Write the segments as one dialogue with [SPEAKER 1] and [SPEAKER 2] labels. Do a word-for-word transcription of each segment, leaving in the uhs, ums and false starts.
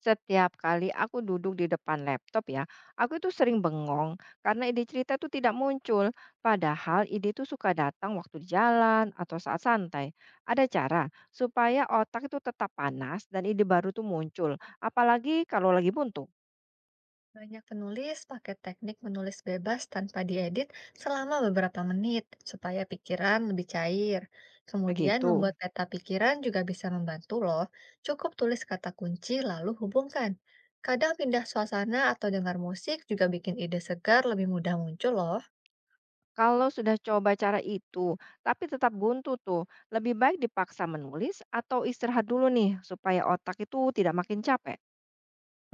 [SPEAKER 1] Setiap kali aku duduk di depan laptop ya, aku itu sering bengong karena ide cerita itu tidak muncul. Padahal ide itu suka datang waktu di jalan atau saat santai. Ada cara supaya otak itu tetap panas dan ide baru itu muncul, apalagi kalau lagi buntu.
[SPEAKER 2] Banyak penulis pakai teknik menulis bebas tanpa diedit selama beberapa menit supaya pikiran lebih cair. Hmm. Kemudian membuat
[SPEAKER 1] Begitu.
[SPEAKER 2] peta pikiran juga bisa membantu loh. Cukup tulis kata kunci lalu hubungkan. Kadang pindah suasana atau dengar musik juga bikin ide segar lebih mudah muncul loh.
[SPEAKER 1] Kalau sudah coba cara itu, tapi tetap buntu tuh, lebih baik dipaksa menulis atau istirahat dulu nih supaya otak itu tidak makin capek.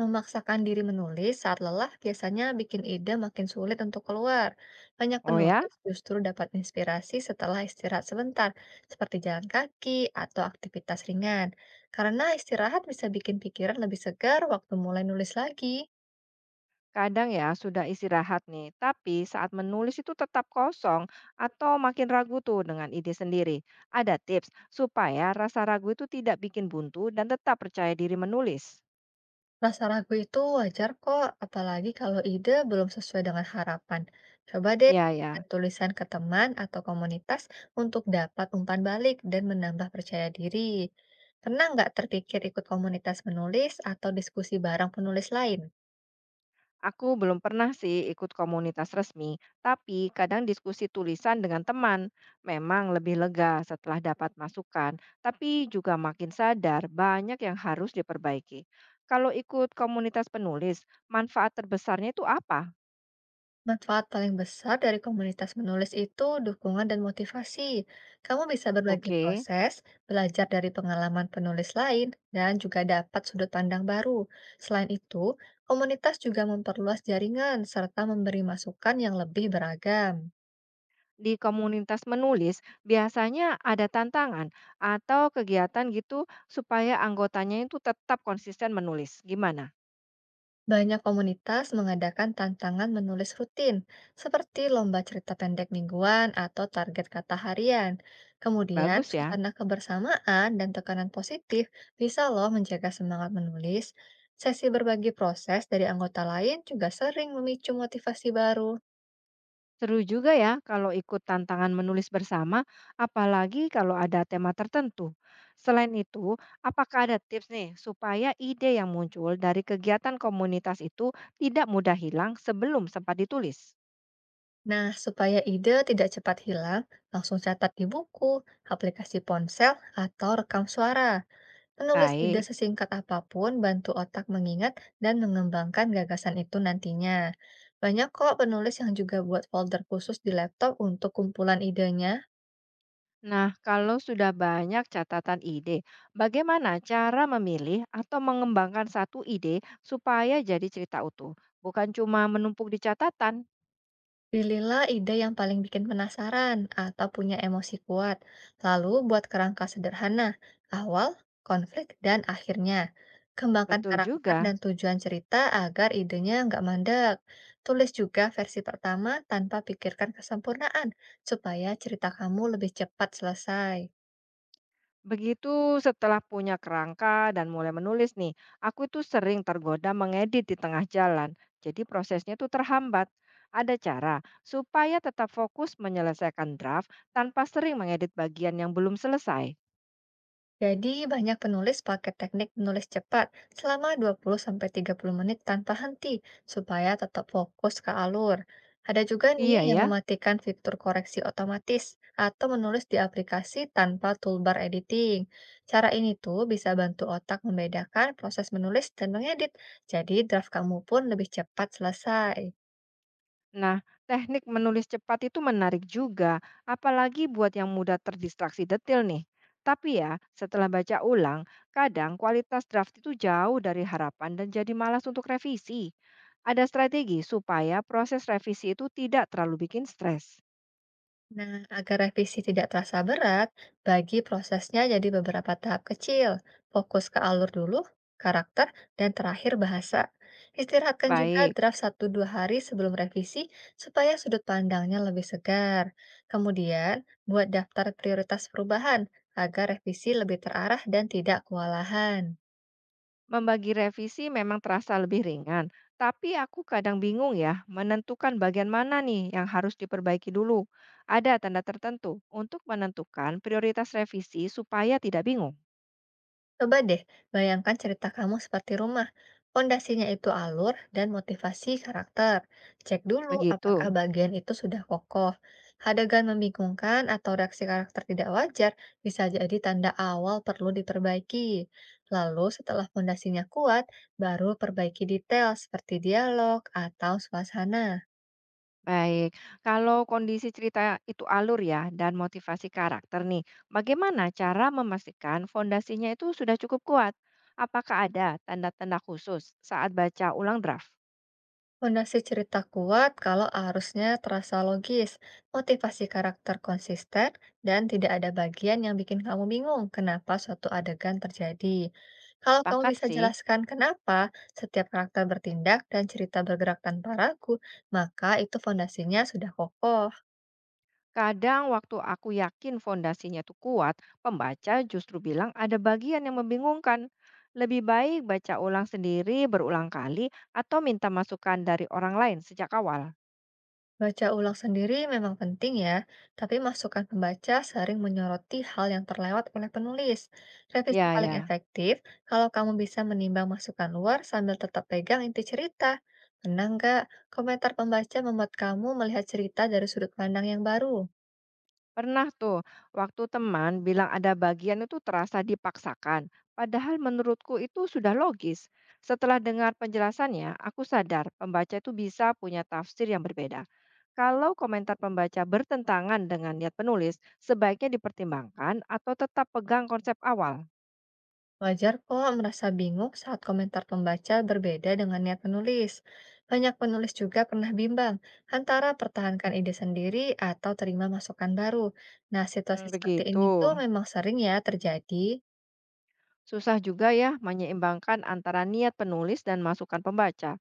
[SPEAKER 2] Memaksakan diri menulis saat lelah biasanya bikin ide makin sulit untuk keluar. Banyak
[SPEAKER 1] Oh ya?
[SPEAKER 2] penulis justru dapat inspirasi setelah istirahat sebentar, seperti jalan kaki atau aktivitas ringan. Karena istirahat bisa bikin pikiran lebih segar waktu mulai nulis lagi.
[SPEAKER 1] Kadang ya sudah istirahat nih, tapi saat menulis itu tetap kosong atau makin ragu tuh dengan ide sendiri. Ada tips supaya rasa ragu itu tidak bikin buntu dan tetap percaya diri menulis.
[SPEAKER 2] Rasa ragu itu wajar kok, apalagi kalau ide belum sesuai dengan harapan. Coba deh
[SPEAKER 1] Ya
[SPEAKER 2] kirim
[SPEAKER 1] ya,
[SPEAKER 2] tulisan ke teman atau komunitas untuk dapat umpan balik dan menambah percaya diri. Pernah nggak terpikir ikut komunitas menulis atau diskusi bareng penulis lain?
[SPEAKER 1] aku belum pernah sih ikut komunitas resmi, tapi kadang diskusi tulisan dengan teman memang lebih lega setelah dapat masukan, tapi juga makin sadar banyak yang harus diperbaiki. Kalau ikut komunitas penulis, manfaat terbesarnya itu apa?
[SPEAKER 2] Manfaat paling besar dari komunitas menulis itu dukungan dan motivasi. Kamu bisa berbagi
[SPEAKER 1] Oke.
[SPEAKER 2] proses, belajar dari pengalaman penulis lain, dan juga dapat sudut pandang baru. Selain itu, komunitas juga memperluas jaringan serta memberi masukan yang lebih beragam.
[SPEAKER 1] Di komunitas menulis biasanya ada tantangan atau kegiatan gitu supaya anggotanya itu tetap konsisten menulis. Gimana?
[SPEAKER 2] Banyak komunitas mengadakan tantangan menulis rutin, seperti lomba cerita pendek mingguan atau target kata harian. Kemudian,
[SPEAKER 1] Bagus ya.
[SPEAKER 2] suasana kebersamaan dan tekanan positif bisa loh menjaga semangat menulis. Sesi berbagi proses dari anggota lain juga sering memicu motivasi baru.
[SPEAKER 1] Seru juga ya kalau ikut tantangan menulis bersama, apalagi kalau ada tema tertentu. Selain itu, apakah ada tips nih supaya ide yang muncul dari kegiatan komunitas itu tidak mudah hilang sebelum sempat ditulis?
[SPEAKER 2] Nah, supaya ide tidak cepat hilang, langsung catat di buku, aplikasi ponsel, atau rekam suara. Menulis ide
[SPEAKER 1] Baik.
[SPEAKER 2] sesingkat apapun bantu otak mengingat dan mengembangkan gagasan itu nantinya. Banyak kok penulis yang juga buat folder khusus di laptop untuk kumpulan idenya.
[SPEAKER 1] Nah, kalau sudah banyak catatan ide, bagaimana cara memilih atau mengembangkan satu ide supaya jadi cerita utuh? Bukan cuma menumpuk di catatan,
[SPEAKER 2] Pilihlah ide yang paling bikin penasaran atau punya emosi kuat, lalu buat kerangka sederhana, awal, konflik, dan akhirnya. Kembangkan
[SPEAKER 1] betul
[SPEAKER 2] karakter
[SPEAKER 1] juga.
[SPEAKER 2] dan tujuan cerita agar idenya nggak mandek. Tulis juga versi pertama tanpa pikirkan kesempurnaan, supaya cerita kamu lebih cepat selesai.
[SPEAKER 1] Begitu setelah punya kerangka dan mulai menulis nih, aku itu sering tergoda mengedit di tengah jalan. Jadi prosesnya tuh terhambat. Ada cara supaya tetap fokus menyelesaikan draft tanpa sering mengedit bagian yang belum selesai.
[SPEAKER 2] Jadi banyak penulis pakai teknik menulis cepat selama dua puluh sampai tiga puluh menit tanpa henti supaya tetap fokus ke alur. Ada juga nih
[SPEAKER 1] Iya
[SPEAKER 2] yang
[SPEAKER 1] ya.
[SPEAKER 2] mematikan fitur koreksi otomatis atau menulis di aplikasi tanpa toolbar editing. Cara ini tuh bisa bantu otak membedakan proses menulis dan mengedit, jadi draft kamu pun lebih cepat selesai.
[SPEAKER 1] Nah, teknik menulis cepat itu menarik juga, apalagi buat yang mudah terdistraksi detil nih. Tapi ya, setelah baca ulang, kadang kualitas draft itu jauh dari harapan dan jadi malas untuk revisi. Ada strategi supaya proses revisi itu tidak terlalu bikin stres.
[SPEAKER 2] Nah, agar revisi tidak terasa berat, bagi prosesnya jadi beberapa tahap kecil. Fokus ke alur dulu, karakter, dan terakhir bahasa. Istirahatkan juga
[SPEAKER 1] Baik,
[SPEAKER 2] draft satu dua hari sebelum revisi supaya sudut pandangnya lebih segar. Kemudian, buat daftar prioritas perubahan agar revisi lebih terarah dan tidak kewalahan.
[SPEAKER 1] membagi revisi memang terasa lebih ringan, tapi aku kadang bingung ya menentukan bagian mana nih yang harus diperbaiki dulu ada tanda tertentu untuk menentukan prioritas revisi supaya tidak bingung.
[SPEAKER 2] Coba deh, bayangkan cerita kamu seperti rumah. Pondasinya itu alur dan motivasi karakter. Cek dulu apakah
[SPEAKER 1] Begitu,
[SPEAKER 2] bagian itu sudah kokoh. Adegan membingungkan atau reaksi karakter tidak wajar bisa jadi tanda awal perlu diperbaiki. Lalu setelah pondasinya kuat, baru perbaiki detail seperti dialog atau suasana.
[SPEAKER 1] baik. Kalau kondisi cerita itu alur ya dan motivasi karakter nih, bagaimana cara memastikan fondasinya itu sudah cukup kuat? Apakah ada tanda-tanda khusus saat baca ulang draft?
[SPEAKER 2] Fondasi cerita kuat kalau arusnya terasa logis, motivasi karakter konsisten, dan tidak ada bagian yang bikin kamu bingung kenapa suatu adegan terjadi. Kalau kamu
[SPEAKER 1] Sepakat
[SPEAKER 2] bisa
[SPEAKER 1] sih.
[SPEAKER 2] jelaskan kenapa setiap karakter bertindak dan cerita bergerak tanpa ragu, maka itu fondasinya sudah kokoh.
[SPEAKER 1] Kadang waktu aku yakin fondasinya itu kuat, pembaca justru bilang ada bagian yang membingungkan. Lebih baik baca ulang sendiri berulang kali atau minta masukan dari orang lain sejak awal.
[SPEAKER 2] Baca ulang sendiri memang penting ya, tapi masukan pembaca sering menyoroti hal yang terlewat oleh penulis. Revisi
[SPEAKER 1] Ya,
[SPEAKER 2] paling
[SPEAKER 1] ya.
[SPEAKER 2] efektif kalau kamu bisa menimbang masukan luar sambil tetap pegang inti cerita. Menang nggak? Komentar pembaca membuat kamu melihat cerita dari sudut pandang yang baru.
[SPEAKER 1] Pernah tuh, waktu teman bilang ada bagian itu terasa dipaksakan, padahal menurutku itu sudah logis. Setelah dengar penjelasannya, aku sadar pembaca itu bisa punya tafsir yang berbeda. Kalau komentar pembaca bertentangan dengan niat penulis, sebaiknya dipertimbangkan atau tetap pegang konsep awal.
[SPEAKER 2] Wajar kok merasa bingung saat komentar pembaca berbeda dengan niat penulis. Banyak penulis juga pernah bimbang antara pertahankan ide sendiri atau terima masukan baru. Nah, situasi
[SPEAKER 1] Hmm,
[SPEAKER 2] seperti
[SPEAKER 1] begitu.
[SPEAKER 2] ini tuh memang sering ya terjadi.
[SPEAKER 1] Susah juga ya menyeimbangkan antara niat penulis dan masukan pembaca.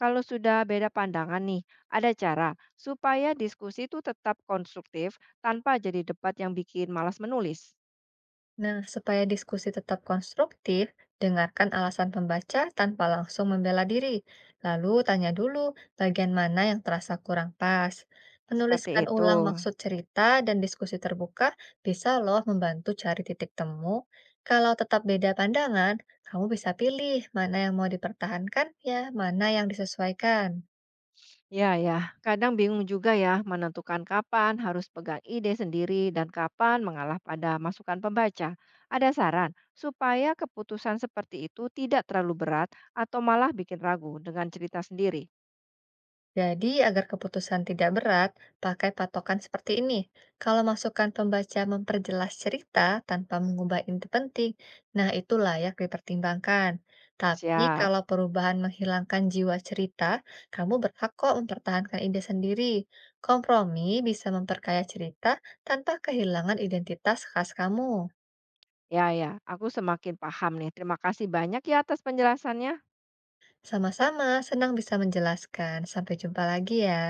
[SPEAKER 1] Kalau sudah beda pandangan nih, ada cara supaya diskusi itu tetap konstruktif tanpa jadi debat yang bikin malas menulis.
[SPEAKER 2] Nah, supaya diskusi tetap konstruktif, dengarkan alasan pembaca tanpa langsung membela diri. Lalu tanya dulu bagian mana yang terasa kurang pas.
[SPEAKER 1] Seperti
[SPEAKER 2] Menuliskan
[SPEAKER 1] itu.
[SPEAKER 2] ulang maksud cerita dan diskusi terbuka bisa loh membantu cari titik temu. Kalau tetap beda pandangan, kamu bisa pilih mana yang mau dipertahankan ya, mana yang disesuaikan.
[SPEAKER 1] Ya ya, kadang bingung juga ya menentukan kapan harus pegang ide sendiri dan kapan mengalah pada masukan pembaca. Ada saran supaya keputusan seperti itu tidak terlalu berat atau malah bikin ragu dengan cerita sendiri.
[SPEAKER 2] Jadi, agar keputusan tidak berat, pakai patokan seperti ini. Kalau masukan pembaca memperjelas cerita tanpa mengubah inti penting, nah itu layak dipertimbangkan. Tapi
[SPEAKER 1] Siap.
[SPEAKER 2] kalau perubahan menghilangkan jiwa cerita, kamu berhak kok mempertahankan ide sendiri. Kompromi bisa memperkaya cerita tanpa kehilangan identitas khas kamu.
[SPEAKER 1] Ya ya, aku semakin paham nih. Terima kasih banyak ya atas penjelasannya.
[SPEAKER 2] Sama-sama, senang bisa menjelaskan. Sampai jumpa lagi ya.